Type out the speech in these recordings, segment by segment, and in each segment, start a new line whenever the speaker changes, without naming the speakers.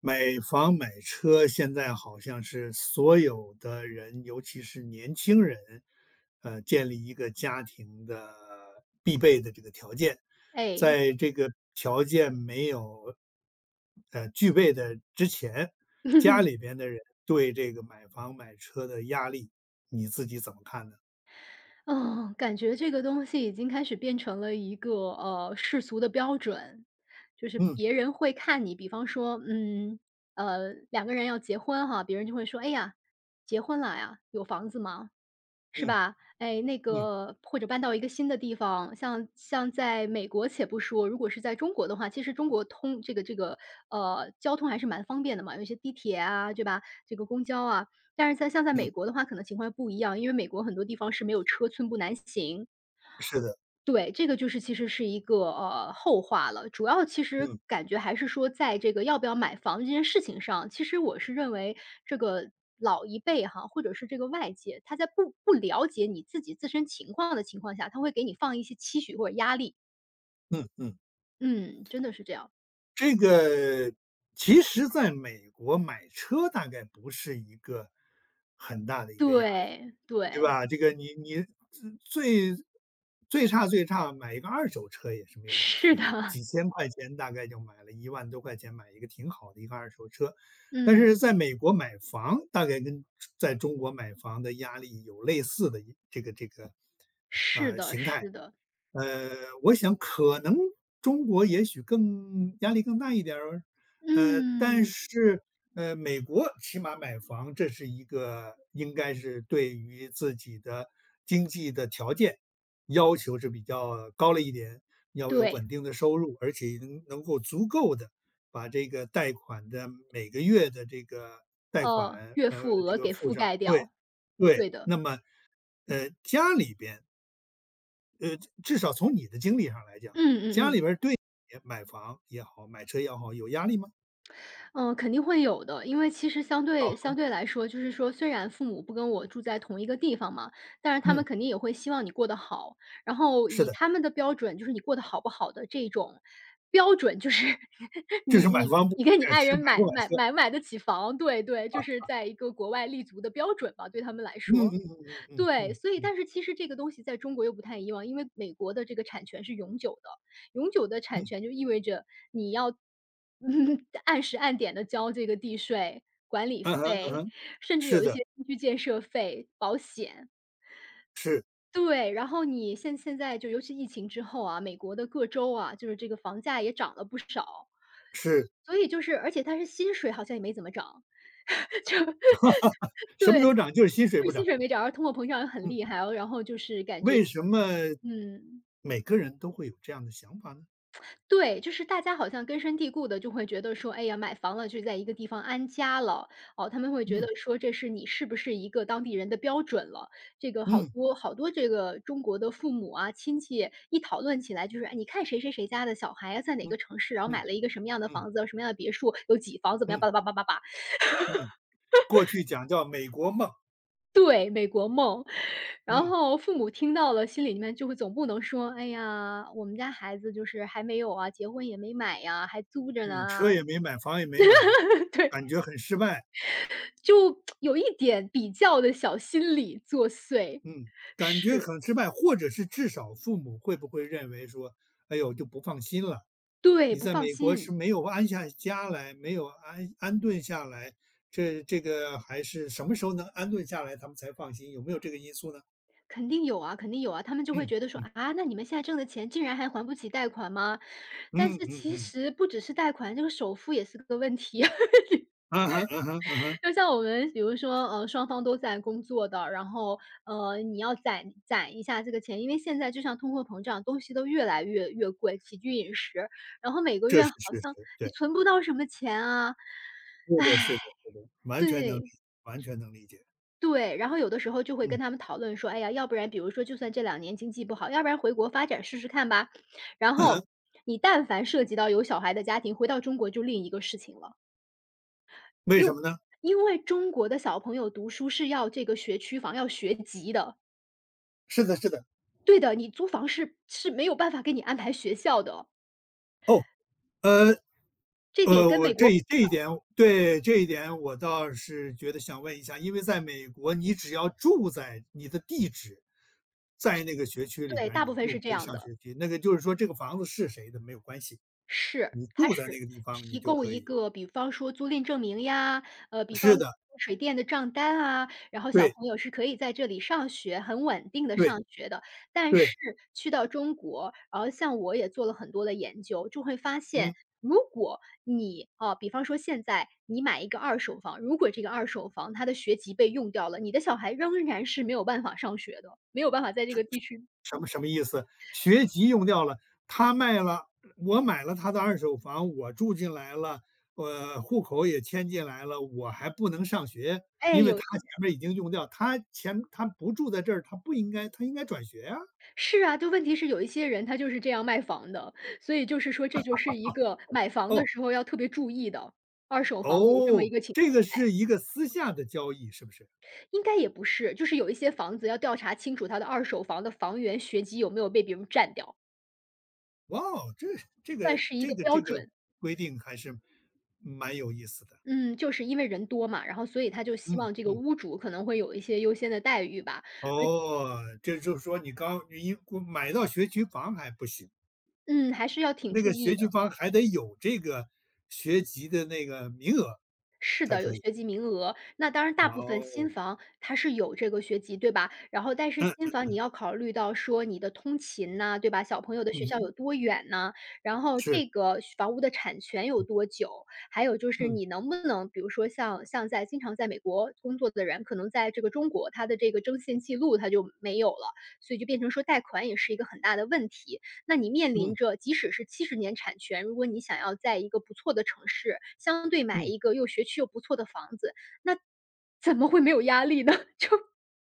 买房买车现在好像是所有的人，尤其是年轻人，建立一个家庭的必备的这个条件。
哎，
在这个条件没有具备的之前，家里边的人对这个买房买车的压力，你自己怎么看呢？
嗯，感觉这个东西已经开始变成了一个，世俗的标准。就是
嗯
别人会看你，比方说，嗯，两个人要结婚哈，别人就会说："哎呀，结婚了呀，有房子吗？"是
嗯
吧？哎，那
嗯
个或者搬到一个新的地方，像在美国且不说，如果是在中国的话，其实中国通这个,交通还是蛮方便的嘛，有一些地铁啊，对吧？这个公交啊。但是在美
嗯，
国的话，可能情况不一样，因为美国很多地方是没有车，寸步难行。
是的，
对，这个就是其实是一个，后话了。主要其实
嗯
感觉还是说在这个要不要买房这件事情上，其实我是认为这个老一辈哈，或者是这个外界，他在不了解你自己自身情况的情况下，他会给你放一些期许或者压力。
嗯嗯。
嗯，真的是这样。
这个其实在美国买车大概不是一个很大的一个压力，
对，
对
对，
吧？这个你最最差买一个二手车也是没有问
是
题的，
的，
几千块钱大概就买了1万多块钱买一个挺好的一个二手车。但
嗯，
是在美国买房大概跟在中国买房的压力有类似的一这个这个
是的，是的，
呃，我想可能中国也许更压力更大一点儿，但
嗯，
是，美国起码买房，这是一个应该是对于自己的经济的条件要求是比较高了一点，要有
对，
稳定的收入，而且能够足够的把这个贷款的每个月的这个贷款，
月付
这
额
个
给
付
覆
上。
盖
对，
掉，
对，
对的，
那么，家里边呃，至少从你的经历上来讲，
嗯嗯
家里
嗯。
边儿对你买房也好，买车也好，有压力吗？
嗯，肯定会有的。因为其实相对
哦，
相对来说，就是说虽然父母不跟我住在同一个地方嘛，但是他
嗯，
们肯定也会希望你过得好。然后
是
以
的，
他们的标准，就是你过得好不好的这种标准，就是
这是
你
买
你
房不
你跟你
买
爱
车，
人
买不买车
买不买得起房，对对，
啊，
就是在一个国外立足的标准吧，对他们来
嗯嗯
说。
嗯嗯嗯
对，
嗯
所以
嗯
但是其实这个东西在中国又不太一样，因为美国的这个产权是永久的，永久的
嗯，
产权就意味着你要，嗯，按时按点的交这个地税、管理
嗯哼嗯
费，
哼，
甚至
是
有一些
的，
新区建设费、保险。
是
对，然后你现在就尤其疫情之后啊，美国的各州啊，就是这个房价也涨了不少，
是，
所以就是而且它是薪水好像也没怎么涨，就
什么都
对。
涨，就是薪水
就
不
是
涨。
薪水没涨，而通货膨胀又很
嗯，
厉害，然后就是感觉
为什么
嗯，
每个人都会有这样的想法呢？
对，就是大家好像根深蒂固的就会觉得说，哎呀，买房了就在一个地方安家了，哦，他们会觉得
嗯
说这是你是不是一个当地人的标准了。这个好
嗯
多好多这个中国的父母啊、亲戚一讨论起来就是，哎，你看谁谁谁家的小孩啊，在哪
嗯
个城市，然后
嗯
买了一个什么样的
嗯
房子，什么样的别墅，有几房，怎么样，
嗯
巴拉巴拉巴拉巴拉。
嗯，过去讲叫美国梦，
对，美国梦。然
嗯
后父母听到了，心里面就会总不能说："哎呀，我们家孩子就是还没有啊，结婚也没买呀，还租着呢
嗯，
啊。
车也没买，房也没买，
对，
感觉很失败。
就有一点比较的小心理作祟。
嗯，感觉
是，
很失败，或者是至少父母会不会认为说，哎呦就不放心了，
对，
你
不
在
放
美国是
心，
没有安下家来，没有安顿下来，这个还是什么时候能安顿下来，他们才放心，有没有这个因素呢？
肯定有啊，肯定有啊。他们就会觉得
嗯
说："啊，那你们现在挣的钱竟然还还不起贷款吗？"但
嗯
是
嗯
其
嗯，
实不只是贷款，这个首付也是个问题。
啊哈啊哈啊哈，
就像我们比如说，双方都在工作的，然后，你要攒一下这个钱，因为现在就像通货膨胀，东西都越来越贵，起居饮食，然后每个
这
月
是
好
事
像
实，
你
对，
存不到什么钱啊。
是的，是的，是的，
对，
完全能理解，
对，然后有的时候就会
嗯，
跟他们讨论说，哎呀，要不然比如说就算这两年经济不好，要不然回国发展试试看吧。然
啊哈，
后你但凡涉及到有小孩的家庭，回到中国就另一个事情了。
为什
因
么呢？
因为中国的小朋友读书是要这个学区房，要学籍的。
是的，是的，
对的，你租房是没有办法给你安排学校的哦，
哦，呃，
这点跟
我
美
这
国
一这一点对，这一点我倒是觉得想问一下，因为在美国，你只要住在你的地址在那个学区里
对，
边儿
大
你
部分
就
是这
可以
样
上
的。
学区。那个就是说，这个房子是谁的没有关系，
是，
你
它
住在那
是
个地方，你
提
就
供
可
一
以。
个比方说租赁证明呀，比方
是
说
的，
水电的账单啊，然后小
对
朋友是可以在这里上学，很稳定的
对
上学的。但
对，
是去到中国，然后像我也做了很多的研究，就会发
嗯。
现，如果你啊，比方说现在你买一个二手房，如果这个二手房它的学籍被用掉了，你的小孩仍然是没有办法上学的，没有办法在这个地区
什么意思？学籍用掉了，他卖了，我买了他的二手房，我住进来了，户口也迁进来了，我还不能上学，
哎，
因为他
有
前面已经用掉，他不住在这儿，他不应该，他应该转学啊。
是啊，就问题是有一些人他就是这样卖房的，所以就是说这就是一个买房的
哦
时候要特别注意的，二手房有这么
哦，
一个情
这个是一个私下的交易，是不是？
应该也不是，就是有一些房子要调查清楚它的二手房的房源学籍有没有被别人占掉，
哇哦，这这
算
个
是一
这
个
个
标
这个
准。
规定还是蛮有意思的。
嗯，就是因为人多嘛，然后所以他就希
嗯
望这个
嗯，
屋主可能会有一些优先的待遇吧，
哦，这就是说你一买到学区房还不行。
嗯，还是要挺
那
注
个学
意
区
的。
房还得有这个学籍的那个名额
是
才
的，有
可以。
学籍名额。那当然大
哇
部分新
哦，
房它是有这个学籍，对吧？然后但是
嗯，
新房你要考虑到说你的通勤呐，对吧？小朋友的
嗯
学校
哼，
有多远呐？然后
是，
这个房屋的产权有多久？还有就是
嗯，
你能不能，比如说像在经常在美国工作的人，可能在这个中国他的这个征信记录他就没有了，所以就变成说贷款也是一个很大的问题。那你面临
嗯，
着即使是70年产权，如果你想要在一个不错的城市，相对买
嗯，
一个又学区又不错的房子，那怎么会没有压力呢？这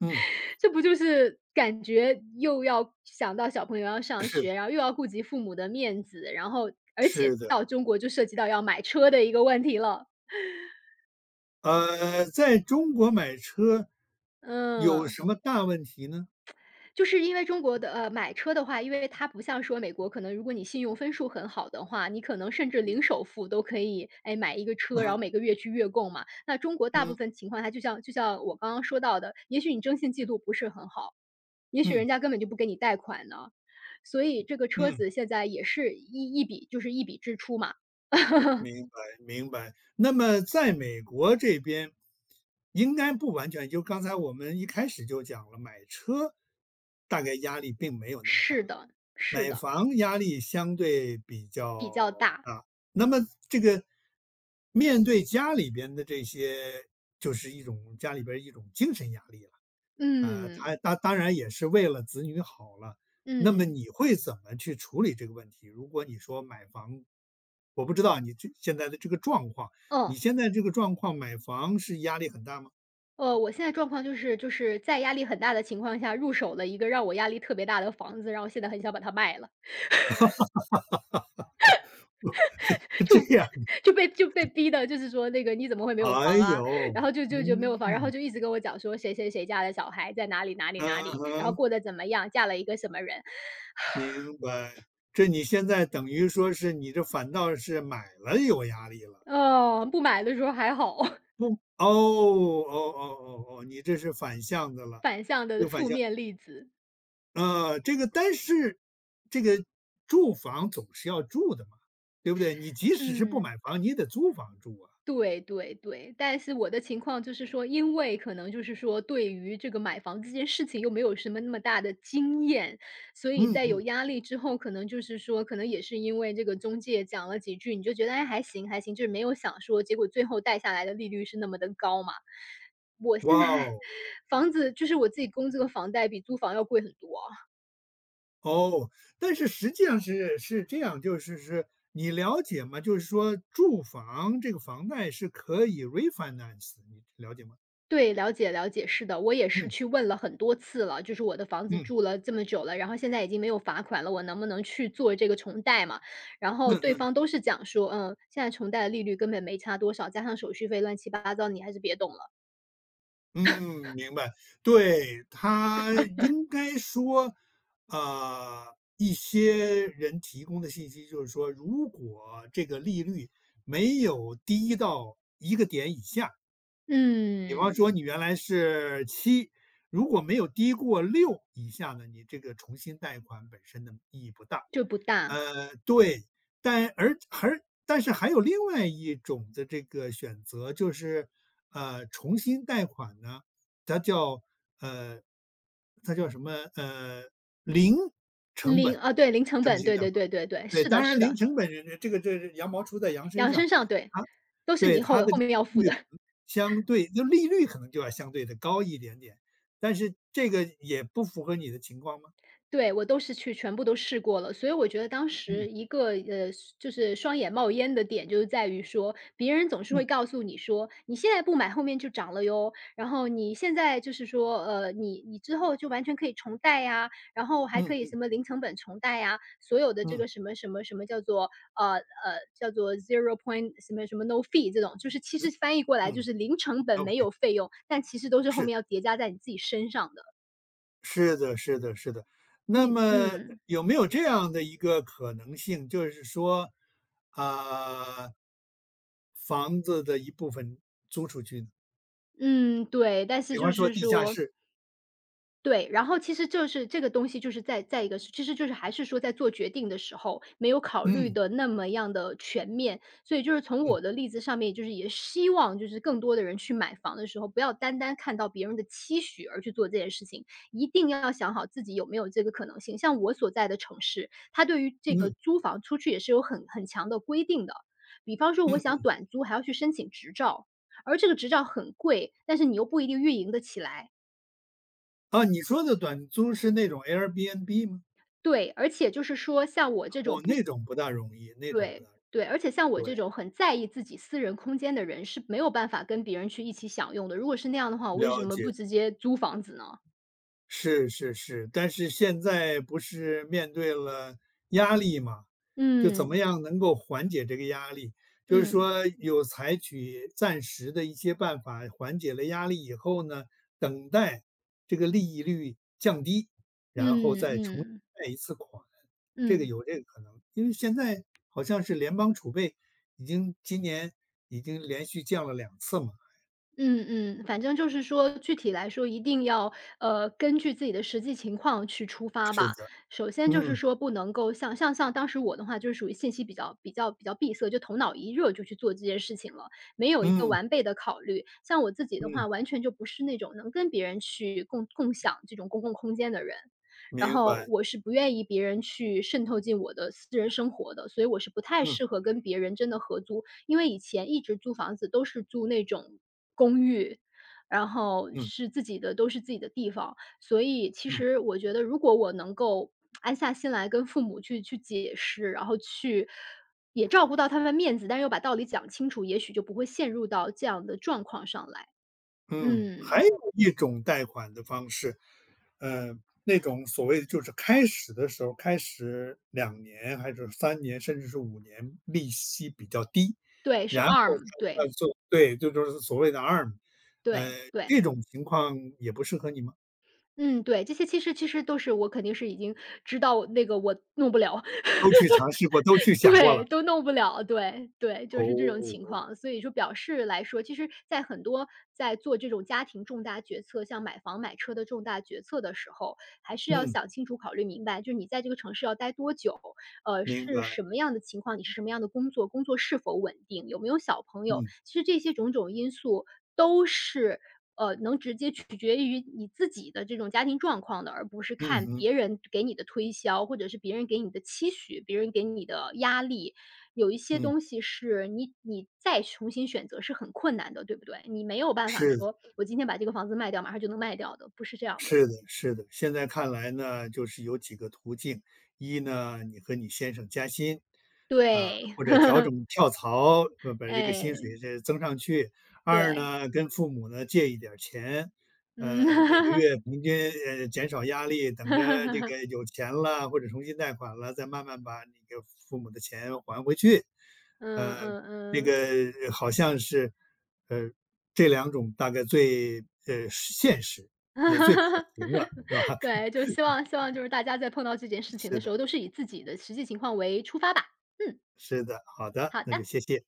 嗯，
这不就是感觉又要想到小朋友要上
是的，
学，然后又要顾及父母的面子，然后而
是
且
的。
到中国就涉及到要买车的一个问题了，
在中国买车有
嗯。
什么大问题呢？
就是因为中国的买车的话，因为它不像说美国，可能如果你信用分数很好的话，你可能甚至
嗯，
零首付都可以，哎，买一个
啊
车，然
哈
后每个月去月供嘛。那中国大部
嗯，
分情况下，就像我刚刚说到的，也许你征信记录不是很好，也许
嗯，
人家根本就不给你贷款呢。所以这个车
嗯，
子现在也是一笔就是一笔支出嘛。
明白，明白。那么在美国这边，应该不完全就刚才我们一开始就讲了，买车大概压力并没有那么大。
是的，是
买
的，
房压力相对比
比
较
较大。
大，那么这个面对家里边的这些，就是一种家里边儿一种精神压力了。啊，他
嗯，
当然也是为了子女好了，那么
嗯，
你会怎么去处理这个问题？如果你说买房，我不知道你这现在的这个状况，你
嗯。
现在这个状况买房是压力很大吗？
我现在状况就是在压力很大的情况下入手了一个让我压力特别大的房子，然后现在很想把它卖了，
这
就
样，
就被逼的，就是说那个你怎么会没有
哎
房啊？
呦，
然后就没有房，然后
嗯，
就一直跟我讲说谁谁谁家的小孩在哪里哪里
嗯
哪里，然后
哼。
过得怎么样，嫁了一个什么人。
明白，这你现在等于说是你这反倒是买了有压力了，
哦，不买的时候还好，
不，哦哦哦哦哦，你这是反向的了，
反向的
又反
负
向，
面例子。
啊。这个但是这个住房总是要住的嘛，对不对？你即使是不
嗯。
买房，你也得租房住啊。
对对对，但是我的情况就是说，因为可能就是说，对于这个买房这件事情又没有什么那么大的经验，所以
嗯
在有
嗯，
压力之后，可能就是说，可能也是因为这个中介讲了几句，你就觉得哎还行还行，就是没有想说，结果最后贷下来的利率是那么的高嘛。
哇哦
房子就是我自己供这个房贷比租房要贵很多，
哦，但是实际上是这样，就是你了解吗？就是说住房这个房贷是可以 refinance 的你了解吗？
对，了解了解，是的，我也是
嗯
去问了很多次了，就是我的房子
嗯。
住了这么久了，然后现在已经没有罚款了，我能不能去做这个重贷嘛？然后
嗯
对
嗯
方都是讲说，现在重贷的利率根本没差多少，加上手续费乱七八糟，你还是别动了。
嗯，明白。对，它应该说，呃，一些人提供的信息就是说，如果这个利率没有低到一个点以下，比方
嗯，
说你原来是七，如果没有低过六以下呢，你这个重新贷款本身的意义不大。
就不大，
对，但而而但是还有另外一种的这个选择，就是，重新贷款呢，它叫呃，它叫什么，零成
零
本，
啊，对，零成
重
本，
新
对
贷款。
对对对对，
对，
是的，
当
是
然零
的，
成本人这个这是羊毛出在羊身
养
上，
身上对，
它
都是
对，
你
它
后
的
后面要付
率可
的。
能利率可能就要相对的高一点点，但是这个也不符合你的情况吗？
对，我都是去全部都试过了，所以我觉得当
嗯，
时一个就是双眼冒烟的点，就是在于说，别人总是
嗯，
会告诉你说，你现在不买，后面就涨了哟。然后你现在就是说，你之后就完全可以重贷呀，然后还
嗯，
可以
嗯，
什么零成本重贷呀，所有的这
嗯，
个什么什么什么叫做呃呃叫做 zero point 什么什么 no fee 这种，就是其实翻译过来就
嗯
是零成本没
，OK，
有费用，但其实都是后
是，
面要叠加在你自己身上的。
是的，是的，是的。那
你
么
嗯。
有没有这样的一个可能性，就是说，啊房子的一部分租出去呢？
嗯，对，但是
比
就
方说
是
地下
说，
室，
对，然后其实就是这个东西就是在一个其实就是还是说在做决定的时候，没有考虑
嗯，
的那么样的全面。所以就是从
嗯，
我的例子上面，就是也希望就是更多的人去买房的时候，不要单单看到别人的期许而去做这件事情，一定要想好自己有没有这个可能性。像我所在的城市，它对于这个
嗯，
租房出去也是有很强的规定的。比方说我想
嗯。
短租还要去申请执照，而这个执照很贵，但是你又不一定运营得起来。
啊，你说的短租是那种 Airbnb 吗？
对，而且就是说像我这种
哦，
不
那
喜
种不大容易，那种不大
对，
容
对，
易。
而且像我这
对，
种很在意自己私人空间的人是没有办法跟别人去一起享用的。如果是那样的话，我为什
了
么不
解。
直接租房子呢？
是是是，但是现在不是面对了压力嘛，就怎么
嗯，
样能够缓解这个压力？就是
嗯，
说有采取暂时的一些办法缓解了压力以后呢，等待这个利率降低，
嗯
然后再重新
嗯
贷一次款，这个
嗯。
有这个可能。因为现在好像是联邦储备已经今年已经连续降了2次嘛。
嗯嗯，反正就是说，具体来说一定要，根据自己的实际情况去出发
是
吧。
的，
首先就是
嗯
说不能够像当时我的话就是属于信息比较闭塞，就头脑一热就去做这件事情了，没有一个
嗯
完备的考虑。像我自己的话，
嗯，
完全就不是那种能跟别人去共享这种公共空间的人。然
明
后
白，
我是不愿意别人去渗透进我的私人生活的，所以我是不太
嗯
适合跟别人真的合租，因为以前一直租房子都是租那种公寓，然后
嗯
是自己的，都是自己的地方，所以其
嗯。
实我觉得如果我能够安下心来跟父母去解释，然后去也照顾到他们的面子，但是又把道理讲清楚，也许就不会陷入到这样的状况上来。
嗯，还
嗯，
有一种贷款的方式，呃，那种所谓的就是开始的时候，开始2年还是3年，甚至是5年，利息比较低，
对，是
然后才
arm，对
算做对，这就是所谓的 ARM，呃，
对对。
这种情况也不适合你吗？
嗯，对，这些其实都是我肯定是已经知道那个我弄不了，
都去尝试过，都去想过
对，
了。
都弄不了，对，对，
哦，
就是这种情
哦，
况。所以说表示来说，其实在很多在做这种家庭重大决策，像买房买车的重大决策的时候，还是要
嗯，
想清楚、考虑明白，就是你在这个城市要待多久，
明
是
白，
什么样的情况，你是什么样的工作，工作是否稳定，有没有小朋友，
嗯，
其实这些种种因素都是，能直接取决于你自己的这种家庭状况的，而不是
嗯
看
嗯
别人给你的推销，或者是别人给你的期许，别人给你的压力。有一些
嗯，
东西是你再重新选择是很困难的，对不对？你没有办法
是的。
说我今天把这个房子卖掉，马上就能卖掉的，不是这样的。
是的，是的，现在看来呢，就是有几个途径：一呢，你和你先生加薪，啊，
对，
或者 调整跳槽，把这个薪
哎，
水这增上去；
对，
二呢，跟父母呢借一点儿钱，
嗯。
每个 月平均减少压力，等着这
哈，
个有钱了或者重新贷款了，再慢慢把你给父母的钱还回去。
嗯
呃，
嗯
这
嗯。
个好像是，呃，这两种大概最现实。也最可行了，是吧？
对，就希望就是大家在碰到这件事情
是
的时
的，
候，都是以自己的实际情况为出发吧。嗯，
是的，好的，
好
那就
的。
谢谢。